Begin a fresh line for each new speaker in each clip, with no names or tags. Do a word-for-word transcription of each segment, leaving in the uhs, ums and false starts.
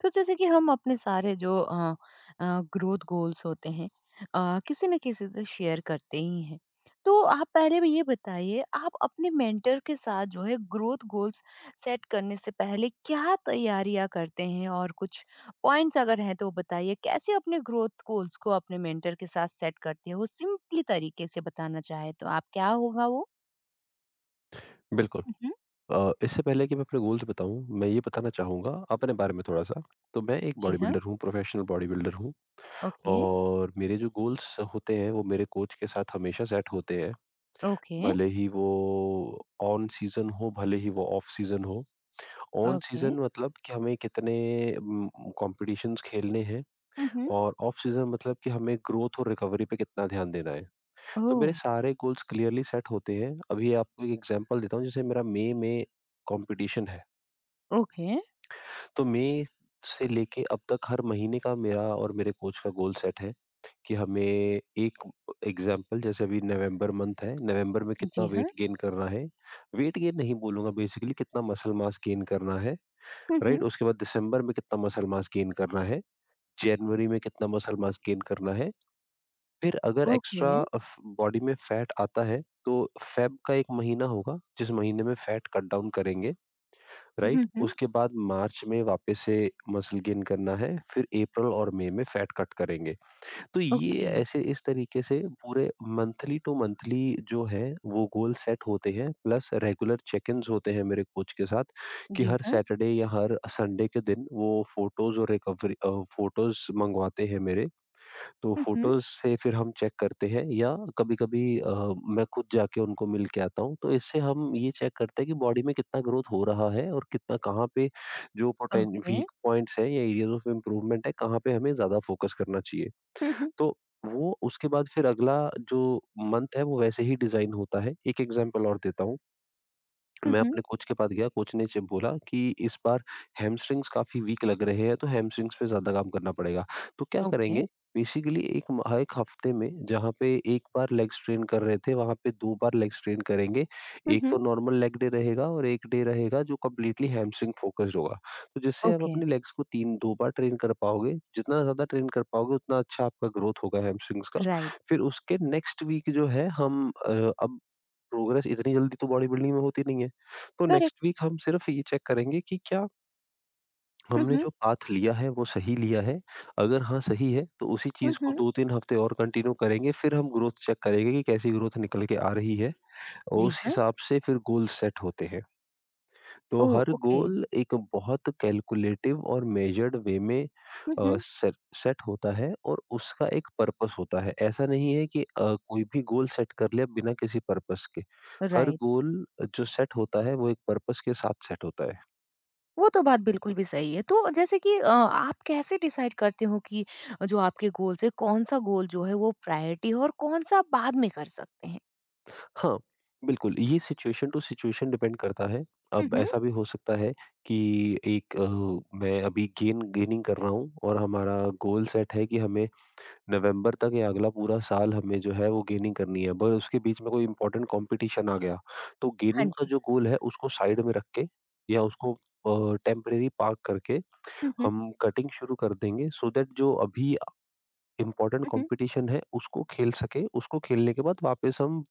तो जैसे कि हम अपने सारे जो अ, अ, ग्रोथ गोल्स होते हैं, अ, किसी न किसी से शेयर करते ही हैं। तो आप पहले भी ये बताइए, आप अपने मेंटर के साथ जो है ग्रोथ गोल्स सेट करने से पहले क्या तैयारियां करते हैं, और कुछ पॉइंट्स अगर हैं तो वो बताइए, कैसे अपने ग्रोथ गोल्स को अपने मेंटर के साथ सेट करते हैं? वो सिंपली तरीके से बताना चाहे तो आप, क्या होगा वो?
बिल्कुल।
मम्,
अ, इससे पहले कि मैं अपने गोल्स बताऊँ, मैं ये बताना चाहूँगा अपने बारे में थोड़ा-सा। तो मैं एक
जी
बॉडी
हाँ।
बिल्डर हूँ, प्रोफ़ेशनल बॉडी बिल्डर हूँ।
ओके।
और मेरे जो गोल्स होते हैं, वो मेरे कोच के साथ हमेशा सेट होते हैं।
ओके।
भले ही वो ऑन सीज़न हो, भले ही वो ऑफ सीज़न हो। On
okay.
सीज़न मतलब कि हमें कितने उम, कॉम्पिटिशन्स खेलने हैं,
मम्।
और ऑफ सीज़न मतलब कि हमें ग्रोथ और रिकवरी पे कितना ध्यान देना है।
ओ।
तो मेरे सारे गोल्स क्लियरली सेट होते हैं। अभी आपको एक एग्ज़ाम्पल देता हूँ, जैसे मेरा मई में कॉम्पिटिशन है।
ओके।
तो मई से लेके अब तक हर महीने का मेरा और मेरे कोच का गोल सेट है कि हमें एक एग्जाम्पल जैसे अभी नवंबर मंथ है, नवंबर में कितना
जी
वेट
हाँ।
गेन करना है। वेट गेन नहीं बोलूंगा, बेसिकली कितना मसल मास गेन करना है, राइट? उसके बाद दिसंबर में कितना मसल मास गेन करना है, जनवरी में कितना मसल मास गेन करना है। फिर अगर
ओके।
एक्स्ट्रा बॉडी में फैट आता है तो फेब का एक महीना होगा जिस महीने में फैट कट डाउन करेंगे,
हुँ,
राइट?
हुँ।
उसके बाद मार्च में वापस से मसल गेन करना है, फिर अप्रैल और मई में फैट कट करेंगे। तो ये
ओके।
ऐसे इस तरीके से पूरे मंथली टू मंथली जो है वो गोल सेट होते हैं, प्लस रेगुलर चेक इन्स होते हैं मेरे कोच के साथ कि
जी
हर
हाँ।
सैटरडे या हर संडे के दिन वो फोटोज और रिकवरी फोटोज मंगवाते हैं मेरे। तो
हुँ, हुँ।
फोटोज़ से फिर हम चेक करते हैं, या कभी-कभी अ, मैं खुद जाके उनको मिल के आता हूँ। तो इससे हम ये चेक करते हैं कि बॉडी में कितना ग्रोथ हो रहा है और कितना कहाँ पे, जो पोटेन
ओके।
वीक पॉइंट्स हैं या एरियाज़ ऑफ इम्प्रूवमेंट है, कहाँ पे हमें ज़्यादा फोकस करना चाहिए।
हुँ, हुँ।
तो वो उसके बाद फिर अगला जो मंथ है वो वैसे ही डिज़ाइन होता है। एक एग्ज़ाम्पल और देता हूँ।
हुँ,
मैं
हुँ।
अपने कोच के पास गया, कोच ने जब बोला कि इस बार हैमस्ट्रिंग्स काफ़ी वीक लग रहे हैं, तो हैमस्ट्रिंग्स पे ज़्यादा काम करना पड़ेगा। तो क्या
ओके।
करेंगे, बेसिकली एक म हर एक हफ्ते में जहाँ पे एक बार लेग स्ट्रेन कर रहे थे, वहाँ पे दो बार लेग स्ट्रेन करेंगे।
हुँ,
एक तो
हुँ।
नॉर्मल लेग डे रहेगा और एक डे रहेगा जो कंप्लीटली हैमस्ट्रिंग फ़ोकस्ड होगा। तो जिससे आप
ओके।
अपने लेग्स को तीन दो बार ट्रेन कर पाओगे, जितना ज़्यादा ट्रेन कर पाओगे उतना अच्छा आपका ग्रोथ होगा हैमस्ट्रिंग्स का।
राइट।
फिर उसके नेक्स्ट वीक जो है हम अ, अब प्रोग्रेस इतनी जल्दी तो बॉडी बिल्डिंग में होती नहीं है। तो
करेक्ट।
नेक्स्ट वीक हम सिर्फ ये चेक करेंगे कि क्या
हुँ,
हमने
हुँ।
जो पाथ लिया है वो सही लिया है? अगर हाँ सही है तो उसी
हुँ,
चीज़ को
हुँ।
दो-तीन हफ्ते और कंटिन्यू करेंगे, फिर हम ग्रोथ चेक करेंगे कि कैसी ग्रोथ निकल के आ रही है। और
जी
उस
हाँ।
हिसाब से फिर गोल सेट होते हैं। तो
ओह!
हर
ओके।
गोल एक बहुत कैलकुलेटिव और मेजर्ड वे में
हुँ, हुँ।
सेट होता है और उसका एक पर्पस होता है। ऐसा नहीं है कि अ, कोई भी गोल सेट कर लिया बिना किसी पर्पस के। हर
राइट।
गोल जो सेट होता है वो एक पर्पस के साथ सेट होता है।
वो तो बात बिल्कुल भी सही है। तो जैसे कि अ, आप कैसे डिसाइड करते हो कि जो आपके गोल्स हैं, कौन-सा गोल जो है वो प्रायोरिटी है और कौन-सा आप बाद में कर सकते हैं?
हाँ, बिल्कुल ये सिचुएशन टू सिचुएशन डिपेंड करता है।
हुँ,
अब
हुँ।
ऐसा भी हो सकता है कि एक अ, मैं अभी गेन गेनिंग कर रहा हूँ और हमारा गोल सेट है कि हमें नवंबर तक या अगला पूरा साल हमें जो है वो गेनिंग करनी है, पर उसके बीच में कोई इम्पोर्टेंट कॉम्पिटिशन आ गया, तो
हाँ
गेनिंग का
जी।
जो गोल है उसको साइड में रख के या उसको अ, टेम्परेरी पार्क करके
हुँ, हुँ।
हम कटिंग शुरू कर देंगे, सो दैट जो अभी इम्पोर्टेंट
हुँ, हुँ।
कॉम्पिटिशन है उसको खेल सके। उसको खेलने के बाद वापस हम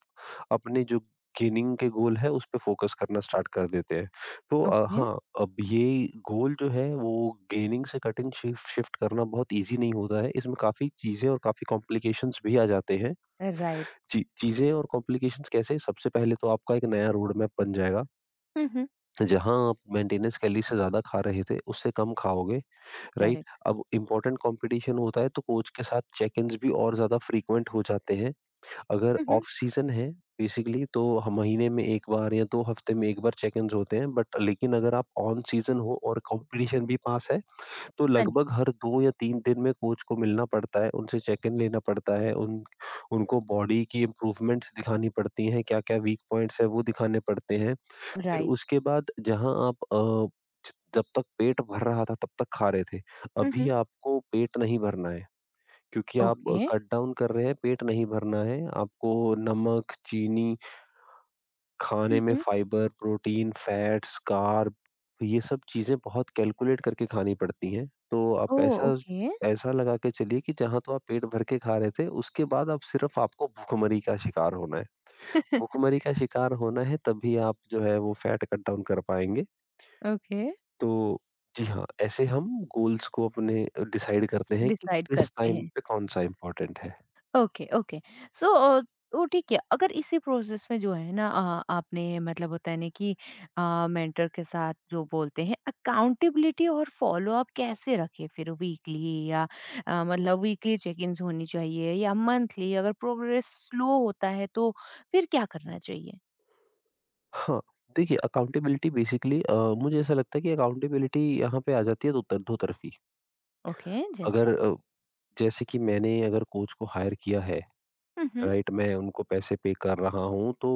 अपने जो गेनिंग के गोल है उस पे फ़ोकस करना स्टार्ट कर देते हैं। तो अ,
ओके।
हाँ, अब ये गोल जो है वो गेनिंग से कटिंग शिफ शिफ्ट करना बहुत ईज़ी नहीं होता है। इसमें काफ़ी चीज़ें और काफ़ी कॉम्प्लिकेशंस भी आ जाते हैं।
राइट।
ची चीज़ें और कॉम्प्लिकेशंस कैसे? सबसे पहले तो आपका एक नया रोड मैप बन जाएगा।
हुँ, हुँ।
जहाँ आप मेंटेनेंस कैलोरी से ज़्यादा खा रहे थे, उससे कम खाओगे, राइट?
करेक्ट।
अब इम्पोर्टेंट कॉम्पिटिशन होता है तो कोच के साथ चेक-इन्स भी और ज़्यादा फ्रीक्वेंट हो जाते हैं। अगर
हुँ, हुँ।
ऑफ सीजन है बेसिकली तो हम महीने में एक बार या दो हफ्ते में एक बार चेक-इन्स होते हैं, बट लेकिन अगर आप ऑन सीजन हो और कॉम्पिटिशन भी पास है, तो
हाँ
लगभग
जी।
हर दो या तीन दिन में कोच को मिलना पड़ता है, उनसे चेक-इन लेना पड़ता है, उन उनको बॉडी की इम्प्रूवमेंट्स दिखानी पड़ती हैं, क्या-क्या वीक पॉइंट्स हैं वो दिखाने पड़ते हैं। फिर
राइट।
उसके बाद जहाँ आप अ, जब तक पेट भर रहा था तब तक खा रहे थे,
हुँ,
अभी
हुँ।
आपको पेट नहीं भरना है। क्योंकि आप
ओके।
कट डाउन कर रहे हैं, पेट नहीं भरना है। आपको नमक, चीनी, खाने
हुँ,
में
हुँ।
फाइबर, प्रोटीन, फैट्स, कार्ब, ये सब चीज़ें बहुत कैलकुलेट करके खानी पड़ती हैं। तो आप
ओह!
ऐसा
ओके।
ऐसा लगा के चलिए कि जहाँ तो आप पेट भर के खा रहे थे, उसके बाद आप सिर्फ़ आपको भूखमरी का शिकार होना है। भूखमरी का शिकार होना है तभी आप जो है वो फैट कट डाउन कर पाएँगे।
ओके।
तो जी हाँ, ऐसे हम गोल्स को अपने डिसाइड करते हैं कि
डिसाइड
किस
करते
टाइम
हैं।
पे कौन-सा इम्पोर्टेंट है।
Okay, okay. सो अ, तो ठीक है, अगर इसी प्रोसेस में जो है ना, अ, आपने मतलब होता है ना कि अ, मेंटर के साथ जो बोलते हैं अकाउंटेबिलिटी और फॉलोअप कैसे रखें, फिर वीकली या अ, मतलब वीकली चेक-इन्स होनी चाहिए या मंथली? अगर प्रोग्रेस स्लो होता है तो फिर क्या करना चाहिए?
हाँ, देखिए अकाउंटेबिलिटी बेसिकली अ, मुझे ऐसा लगता है कि अकाउंटेबिलिटी यहाँ पे आ जाती है दो तर दो तरफ़ी।
ओके,
अगर
जैसे?
अ, जैसे कि मैंने अगर कोच को हायर किया है,
हुँ, हुँ।
राइट? मैं उनको पैसे पे कर रहा हूँ, तो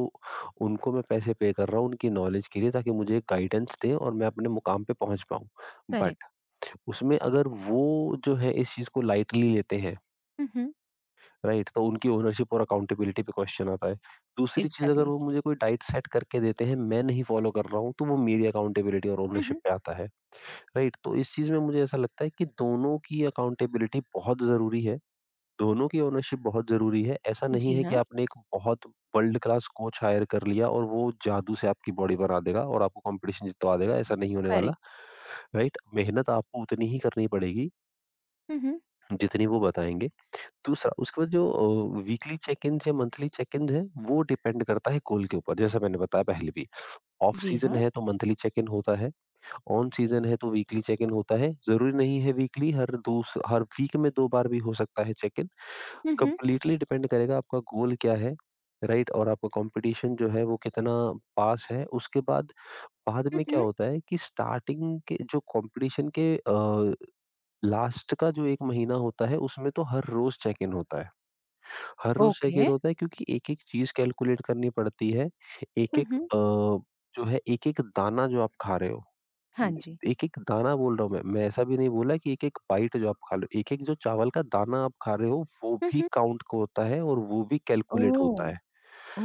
उनको मैं पैसे पे कर रहा हूँ उनकी नॉलेज के लिए, ताकि मुझे गाइडेंस दें और मैं अपने मुकाम पे पहुँच पाऊँ।
करेक्ट।
बट उसमें अगर वो जो है इस चीज़ को लाइटली लेते हैं,
हुँ, हुँ।
राइट? तो उनकी ओनरशिप और अकाउंटेबिलिटी पे क्वेश्चन आता है। दूसरी चीज, अगर
एग्ज़ैक्टली।
वो मुझे कोई डाइट सेट करके देते हैं, मैं नहीं फॉलो कर रहा हूँ, तो वो मेरी अकाउंटेबिलिटी और
हुँ,
ओनरशिप
हुँ।
पे आता है, राइट? तो इस चीज में मुझे ऐसा लगता है कि दोनों की अकाउंटेबिलिटी बहुत जरूरी है, दोनों की ओनरशिप बहुत जरूरी है। ऐसा नहीं
जी
है कि
हाँ।
आपने एक बहुत वर्ल्ड क्लास कोच हायर कर लिया और वो जादू से आपकी बॉडी बना देगा और आपको कंपटीशन जितवा देगा, ऐसा नहीं होने वाला,
करेक्ट।
राइट? मेहनत आपको उतनी ही करनी पड़ेगी
हुँ, हुँ।
जितनी वो बताएंगे। दूसरा, उसके बाद जो वीकली चेक इन या मंथली चेक इन है, वो डिपेंड करता है कॉल के ऊपर, जैसा मैंने बताया पहले भी। ऑफ
जी
सीजन
हाँ।
है तो मंथली चेक इन होता है, ऑन सीजन है तो वीकली चेक इन होता है। जरूरी नहीं है वीकली, हर दो हर वीक में दो बार भी हो सकता है चेक इन।
हुँ, हुँ।
कंप्लीटली डिपेंड करेगा आपका गोल क्या है, राइट? और आपका कंपटीशन जो है वो कितना पास है। उसके बाद बाद
हुँ,
में क्या
हुँ।
होता है कि स्टार्टिंग के जो कंपटीशन के लास्ट का जो एक महीना होता है उसमें तो हर रोज चेक इन होता है। हर रोज
ओके।
सेकंड होता है क्योंकि एक-एक चीज़ कैलकुलेट करनी पड़ती है।
हुँ,
एक-एक
हुँ।
अ, जो है एक-एक दाना जो आप खा रहे हो।
हाँ
द
जी।
एक-एक दाना बोल रहा हूँ मैं, मैं ऐसा भी नहीं बोला कि एक-एक बाइट जो आप खा रहे हो। एक-एक जो चावल का दाना आप खा रहे हो वो
हुँ,
भी
हुँ।
काउंट को होता है और वो भी कैलकुलेट
ओह!
होता है।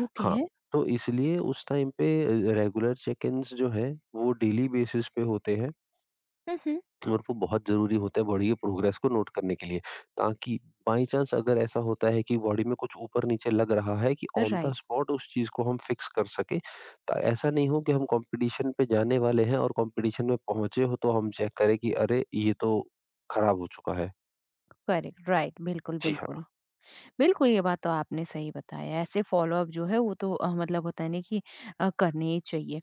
ओके।
हाँ, तो इसलिए उस टाइम पे अ, रेगुलर चेक-इन्स जो है वो डेली बेसिस पे होते हैं।
हुँ, हुँ।
और वो बहुत ज़रूरी होता है बॉडी के प्रोग्रेस को नोट करने के लिए, ताकि बाई चांस अगर ऐसा होता है कि बॉडी में कुछ ऊपर-नीचे लग रहा है, कि ऑन द
राइट,
स्पॉट उस चीज़ को हम फिक्स कर सकें। ता ऐसा नहीं हो कि हम कॉम्पिटिशन पे जाने वाले हैं और कॉम्पिटिशन में पहुँचे हो तो हम चेक करें कि अरे! ये तो खराब हो चुका है।
करेक्ट, राइट, बिल्कुल,
जी
बिल्कुल।
हाँ,
बिल्कुल, ये बात तो आपने सही बताया है। ऐसे फ़ॉलो-अप जो है वो तो अ, मतलब होता है ना कि अ, करने ही चाहिए।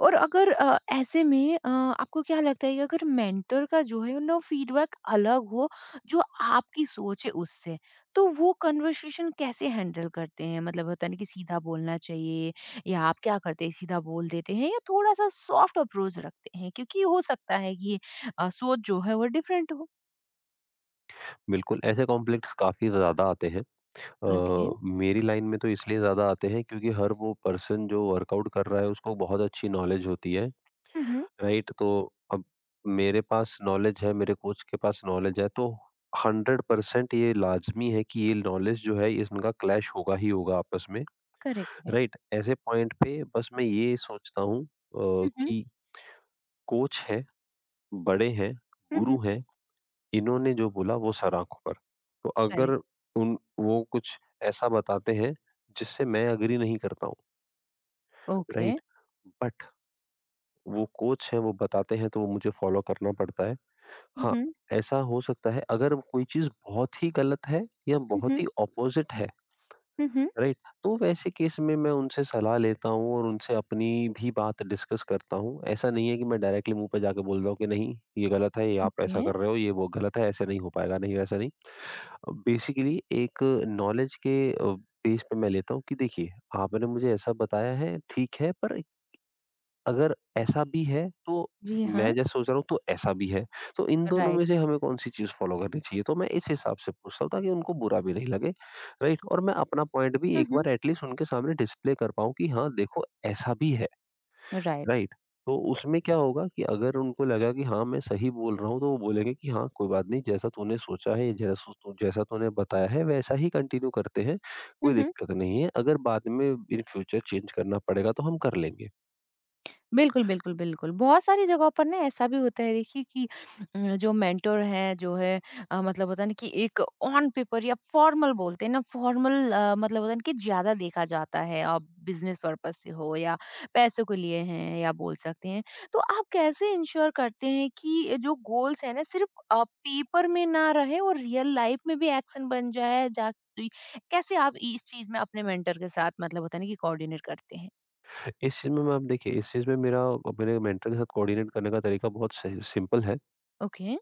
और अगर अ, ऐसे में अ, आपको क्या लगता है कि अगर मेंटर का जो है ना फ़ीडबैक अलग हो जो आपकी सोच है उससे, तो वो कन्वर्सेशन कैसे हैंडल करते हैं? मतलब होता है ना कि सीधा बोलना चाहिए, या आप क्या करते हैं सीधा बोल देते हैं या थोड़ा-सा सॉफ्ट अप्रोच रखते हैं? क्योंकि हो सकता है कि अ, सोच जो है वो डिफरेंट हो।
बिल्कुल ऐसे कॉम्प्लेक्स काफ़ी ज़्यादा आते हैं।
ओके।
अ, मेरी लाइन में तो इसलिए ज़्यादा आते हैं क्योंकि हर वो पर्सन जो वर्कआउट कर रहा है उसको बहुत अच्छी नॉलेज होती है।
हुँ, हुँ।
राइट, तो अब मेरे पास नॉलेज है, मेरे कोच के पास नॉलेज है, तो हंड्रेड परसेंट ये लाजमी है कि ये नॉलेज जो है इनका क्लैश होगा ही होगा आपस में,
करेक्ट है।
राइट? ऐसे पॉइंट पे बस मैं ये सोचता हूँ अ,
हुँ, हुँ।
कि कोच है, बड़े हैं,
हुँ, हुँ।
गुरु हैं, इन्होंने जो बोला वो सर आंखों पर। तो अगर
करेक्ट।
उन वो कुछ ऐसा बताते हैं जिससे मैं अग्री नहीं करता हूँ,
ओके।
राइट? बट वो कोच हैं, वो बताते हैं, तो वो मुझे फॉलो करना पड़ता है।
हुँ,
हाँ,
हुँ।
ऐसा हो सकता है अगर कोई चीज़ बहुत ही गलत है या
हुँ,
बहुत
हुँ।
ही ऑपोज़िट है,
हुँ, हुँ।
राइट? तो वैसे केस में मैं उनसे सलाह लेता हूँ और उनसे अपनी भी बात डिस्कस करता हूँ। ऐसा नहीं है कि मैं डायरेक्टली मुँह पे जाके बोल रहा हूँ कि नहीं, ये गलत है, ये आप ऐसा
ओके।
कर रहे हो, ये वो गलत है, ऐसे नहीं हो पाएगा, नहीं वैसा नहीं। अ, बेसिकली एक नॉलेज के अ, बेस पे मैं लेता हूँ कि देखिए, आपने मुझे ऐसा बताया है, ठीक है, पर अगर ऐसा भी है तो
जी
मैं
हाँ,
जैसे सोच रहा हूँ तो ऐसा भी है। तो इन दोनों में
राइट।
से हमें कौन-सी चीज़ फ़ॉलो करनी चाहिए? तो मैं इस हिसाब से पूछता हूँ ताकि उनको बुरा भी नहीं लगे, राइट? और मैं अपना पॉइंट भी
हुँ,
एक
हुँ।
बार एट लीस्ट उनके सामने डिस्प्ले कर पाऊँ कि हाँ, देखो ऐसा भी है,
राइट।
राइट? तो उसमें क्या होगा कि अगर उनको लगा कि हाँ, मैं सही बोल रहा हूँ तो वो बोलेंगे कि हाँ, कोई बात नहीं जैसा तूने सोचा है, जैसा तू जैसा तूने बताया है वैसा ही कंटिन्यू करते हैं, कोई दिक्कत नहीं है। अगर बाद में इन फ्यूचर चेंज करना पड़ेगा तो हम कर लेंगे।
बिल्कुल, बिल्कुल, बिल्कुल। बहुत सारी जगहों पर ना ऐसा भी होता है, देखिए कि अ, जो मेंटर हैं, जो है अ, मतलब होता है ना कि एक ऑन पेपर या फॉर्मल, बोलते हैं ना फॉर्मल, अ, मतलब होता है ना कि ज़्यादा देखा जाता है। आप बिज़नेस पर्पज़ से हो या पैसों के लिए हैं या बोल सकते हैं। तो आप कैसे इंश्योर करते हैं कि जो गोल्स हैं ना सिर्फ़ अ, पेपर में ना रहे और रियल लाइफ़ में भी एक्शन बन जाए, जा कैसे आप इस चीज़ में अपने मेंटर के साथ मतलब होता है ना कि कोऑर्डिनेट करते हैं?
इस चीज़ में मैं आप देखिए, इस चीज़ में मेरा मेरे मेंटर के साथ कोऑर्डिनेट करने का तरीका बहुत सही सिंपल है।
ओके।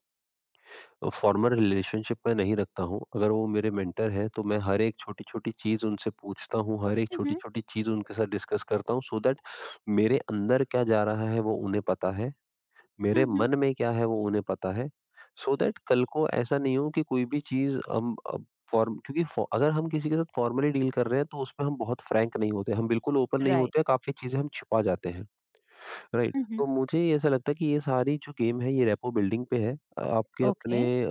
फ़ॉर्मल रिलेशनशिप मैं नहीं रखता हूँ। अगर वो मेरे मेंटर हैं तो मैं हर एक छोटी-छोटी चीज़ उनसे पूछता हूँ, हर एक
हुँ, हुँ।
छोटी-छोटी चीज़ उनके साथ डिस्कस करता हूँ सो दैट मेरे अंदर क्या जा रहा है वो उन्हें पता है,
हुँ,
मेरे
हुँ।
मन में क्या है वो उन्हें पता है। सो so दैट कल को ऐसा नहीं हो कि कोई भी चीज़ हम अब फ़ॉर्म क्योंकि फ़ॉ अगर हम किसी के साथ फ़ॉर्मली डील कर रहे हैं तो उसमें हम बहुत फ्रैंक नहीं होते, हम बिल्कुल ओपन नहीं
राइट।
होते, काफ़ी चीज़ें हम छुपा जाते हैं। राइट।
हुँ, हुँ।
तो मुझे ऐसा लगता है कि ये सारी जो गेम है ये रेपो बिल्डिंग पे है। अ, आपके
ओके।
अपने अ,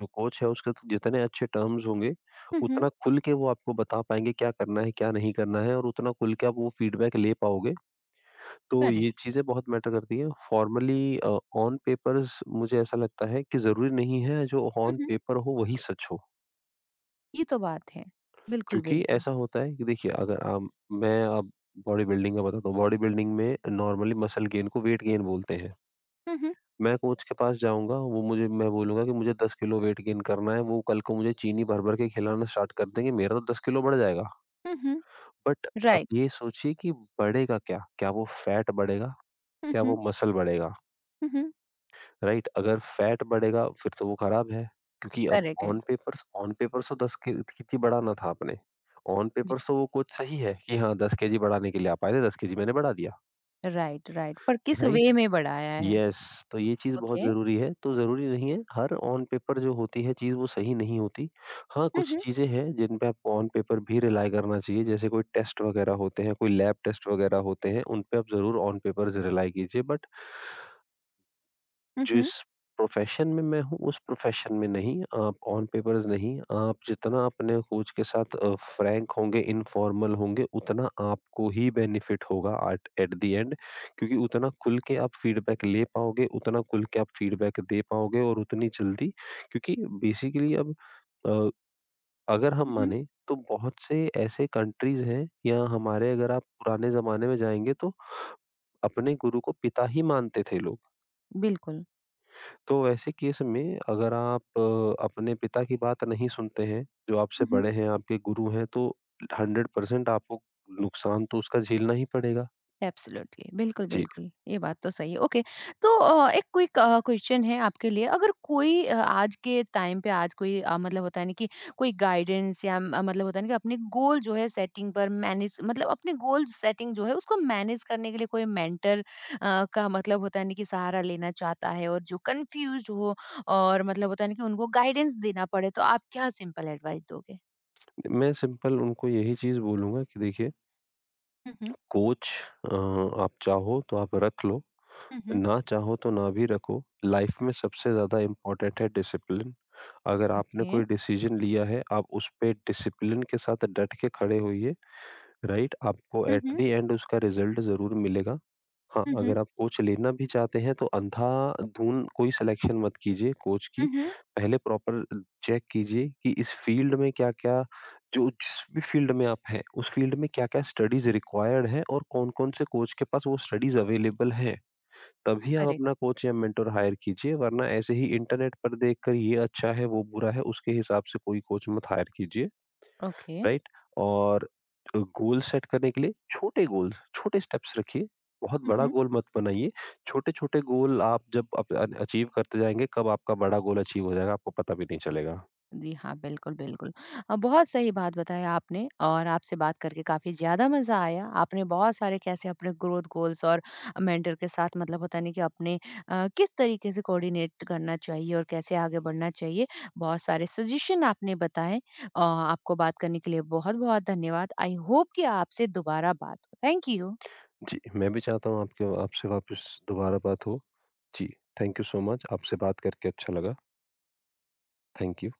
जो कोच है उसके तो जितने अच्छे टर्म्स होंगे,
हुँ, हुँ।
उतना खुल के वो आपको बता पाएँगे क्या करना है, क्या नहीं करना है और उतना खुल के आप वो फीडबैक ले पाओगे। तो
करेक्ट।
ये चीज़ें बहुत मैटर करती हैं। फॉर्मली अ, ऑन पेपर्स मुझे ऐसा लगता है कि ज़रूरी नहीं है जो
हुँ,
ऑन
हुँ।
पेपर हो वही सच हो।
ये तो बात है। बिल्कुल,
क्योंकि
बिल्कुल।
ऐसा होता है कि देखिए अगर आप मैं अब बॉडी बिल्डिंग का बताता हूँ। बॉडी बिल्डिंग में नॉर्मली मसल गेन को वेट गेन बोलते हैं।
हुँ, हुँ।
मैं कोच के पास जाऊँगा, वो मुझे मैं बोलूँगा कि मुझे दस किलो वेट गेन करना है, वो कल को मुझे चीनी भर-भर के खिलाना स्टार्ट कर देंगे, मेरा तो दस किलो बढ़ जाएगा।
हुँ, हुँ।
बट अब
राइट।
ये सोचिए कि बढ़ेगा क्या? क्या वो फैट बढ़ेगा?
हुँ,
क्या
हुँ।
वो मसल बढ़ेगा?
हुँ, हुँ।
राइट? अगर फैट बढ़ेगा फिर तो वो खराब है, क्योंकि अब
करेक्ट है।
ऑन पेपर्स ऑन पेपर्स तो दस के केजी बढ़ाना था आपने। On
ji.
पेपर्स तो वो कोच सही है कि हाँ, दस केजी बढ़ाने के लिए आप आए थे, दस केजी मैंने बढ़ा दिया,
राइट, राइट। पर किस
राइट?
वे में बढ़ाया है?
यस। तो ये चीज़ बहुत
ओके।
ज़रूरी है। तो ज़रूरी नहीं है हर ऑन पेपर जो होती है चीज़ वो सही नहीं होती। हाँ,
हुँ,
कुछ
हुँ।
चीज़ें हैं जिन पे आपको ऑन पेपर भी रिलाय करना चाहिए जैसे कोई टेस्ट वग़ैरह होते हैं, कोई लैब टेस्ट वग़ैरह होते हैं, उन पे आप ज़रूर ऑन पेपर्स रिलाय कीजिए बट
हुँ,
जिस
हुँ।
प्रोफ़ेशन में मैं हूँ उस प्रोफ़ेशन में नहीं, आप ऑन पेपर्स नहीं, आप जितना अपने कोच के साथ अ, फ्रैंक होंगे, इनफॉर्मल होंगे उतना आपको ही बेनिफिट होगा एट एट द एंड, क्योंकि उतना खुल के आप फीडबैक ले पाओगे, उतना खुल के आप फीडबैक दे पाओगे और उतनी जल्दी, क्योंकि बेसिकली अब अ, अगर हम
हुँ, हुँ।
माने तो बहुत से ऐसे कंट्रीज़ हैं या हमारे अगर आप पुराने ज़माने में जाएँगे तो अपने गुरु को पिता ही मानते थे लोग।
बिल्कुल।
तो ऐसे केस में अगर आप अ, अपने पिता की बात नहीं सुनते हैं, जो आपसे
हुँ, हुँ।
बड़े हैं, आपके गुरु हैं, तो हंड्रेड परसेंट आपको नुकसान तो उसका झेलना ही पड़ेगा।
एब्सोल्युटली, बिल्कुल,
जी,
बिल्कुल। ये बात तो सही है। ओके, तो अ, एक क्विक अ, क्वेश्चन है आपके लिए। अगर कोई अ, आज के टाइम पे आज कोई अ, मतलब होता है ना कि कोई गाइडेंस या म मतलब होता है ना कि अपने गोल जो है सेटिंग पर मैनेज, मतलब अपने गोल सेटिंग जो है उसको मैनेज करने के लिए कोई मेंटर अ, का मतलब होता है ना कि सहारा लेना चाहता है और जो कन्फ्यूज़्ड हो, और मतलब होता है ना कि उनको गाइडेंस देना पड़े, तो आप क्या सिंपल एडवाइस दोगे?
मैं सिंपल उनको यही चीज़ बोलूँगा कि देखिए
हुँ, हुँ।
कोच अ, आप चाहो तो आप रख लो,
हुँ, हुँ।
ना चाहो तो ना भी रखो। लाइफ में सबसे ज़्यादा इम्पोर्टेंट है डिसिप्लिन। अगर आपने
ओके।
कोई डिसीजन लिया है, आप उस पे डिसिप्लिन के साथ डट के खड़े होइए, राइट? आपको
हुँ,
एट द
हुँ।
एंड उसका रिज़ल्ट ज़रूर मिलेगा। हाँ,
हुँ, हुँ।
अगर आप कोच लेना भी चाहते हैं तो अंधाधुन कोई सिलेक्शन मत कीजिए कोच की।
हुँ, हुँ।
पहले प्रॉपर चेक कीजिए कि इस फ़ील्ड में क्या-क्या जो जिस भी फ़ील्ड में आप हैं, उस फ़ील्ड में क्या-क्या स्टडीज़ रिक्वायर्ड है और कौन-कौन से कोच के पास वो स्टडीज़ अवेलेबल हैं। तभी आप अपना
करेक्ट।
कोच या मेंटर हायर कीजिए वरना ऐसे ही इंटरनेट पर देखकर ये अच्छा है, वो बुरा है, उसके हिसाब से कोई कोच मत हायर कीजिए।
ओके।
राइट। और गोल सेट करने के लिए छोटे गोल्स छोटे स्टेप्स रखिए। बहुत बड़ा
मम्,
गोल मत बनाइए। छोटे छोटे गोल आप जब अचीव करते जाएंगे कब आपका बड़ा गोल अचीव हो जाएगा आपको पता भी नहीं चलेगा।
जी हाँ, बिल्कुल बिल्कुल। अ, बहुत सही बात बताई आपने, और आपसे बात करके काफ़ी ज़्यादा मज़ा आया। आपने बहुत सारे कैसे अपने ग्रोथ गोल्स और मेंटर के साथ मतलब होता नहीं कि अपने अ, किस तरीके से कोऑर्डिनेट करना चाहिए और कैसे आगे बढ़ना चाहिए, बहुत सारे सजेशन आपने बताए। अ, आपको बात करने के लिए बहुत बहुत धन्यवाद। आई होप कि आपसे दोबारा बात हो। Thank you.
जी, मैं भी चाहता हूँ आपके आपसे वापस दोबारा बात हो। जी। थैंक यू सो मच, आपसे बात करके अच्छा लगा। Thank you.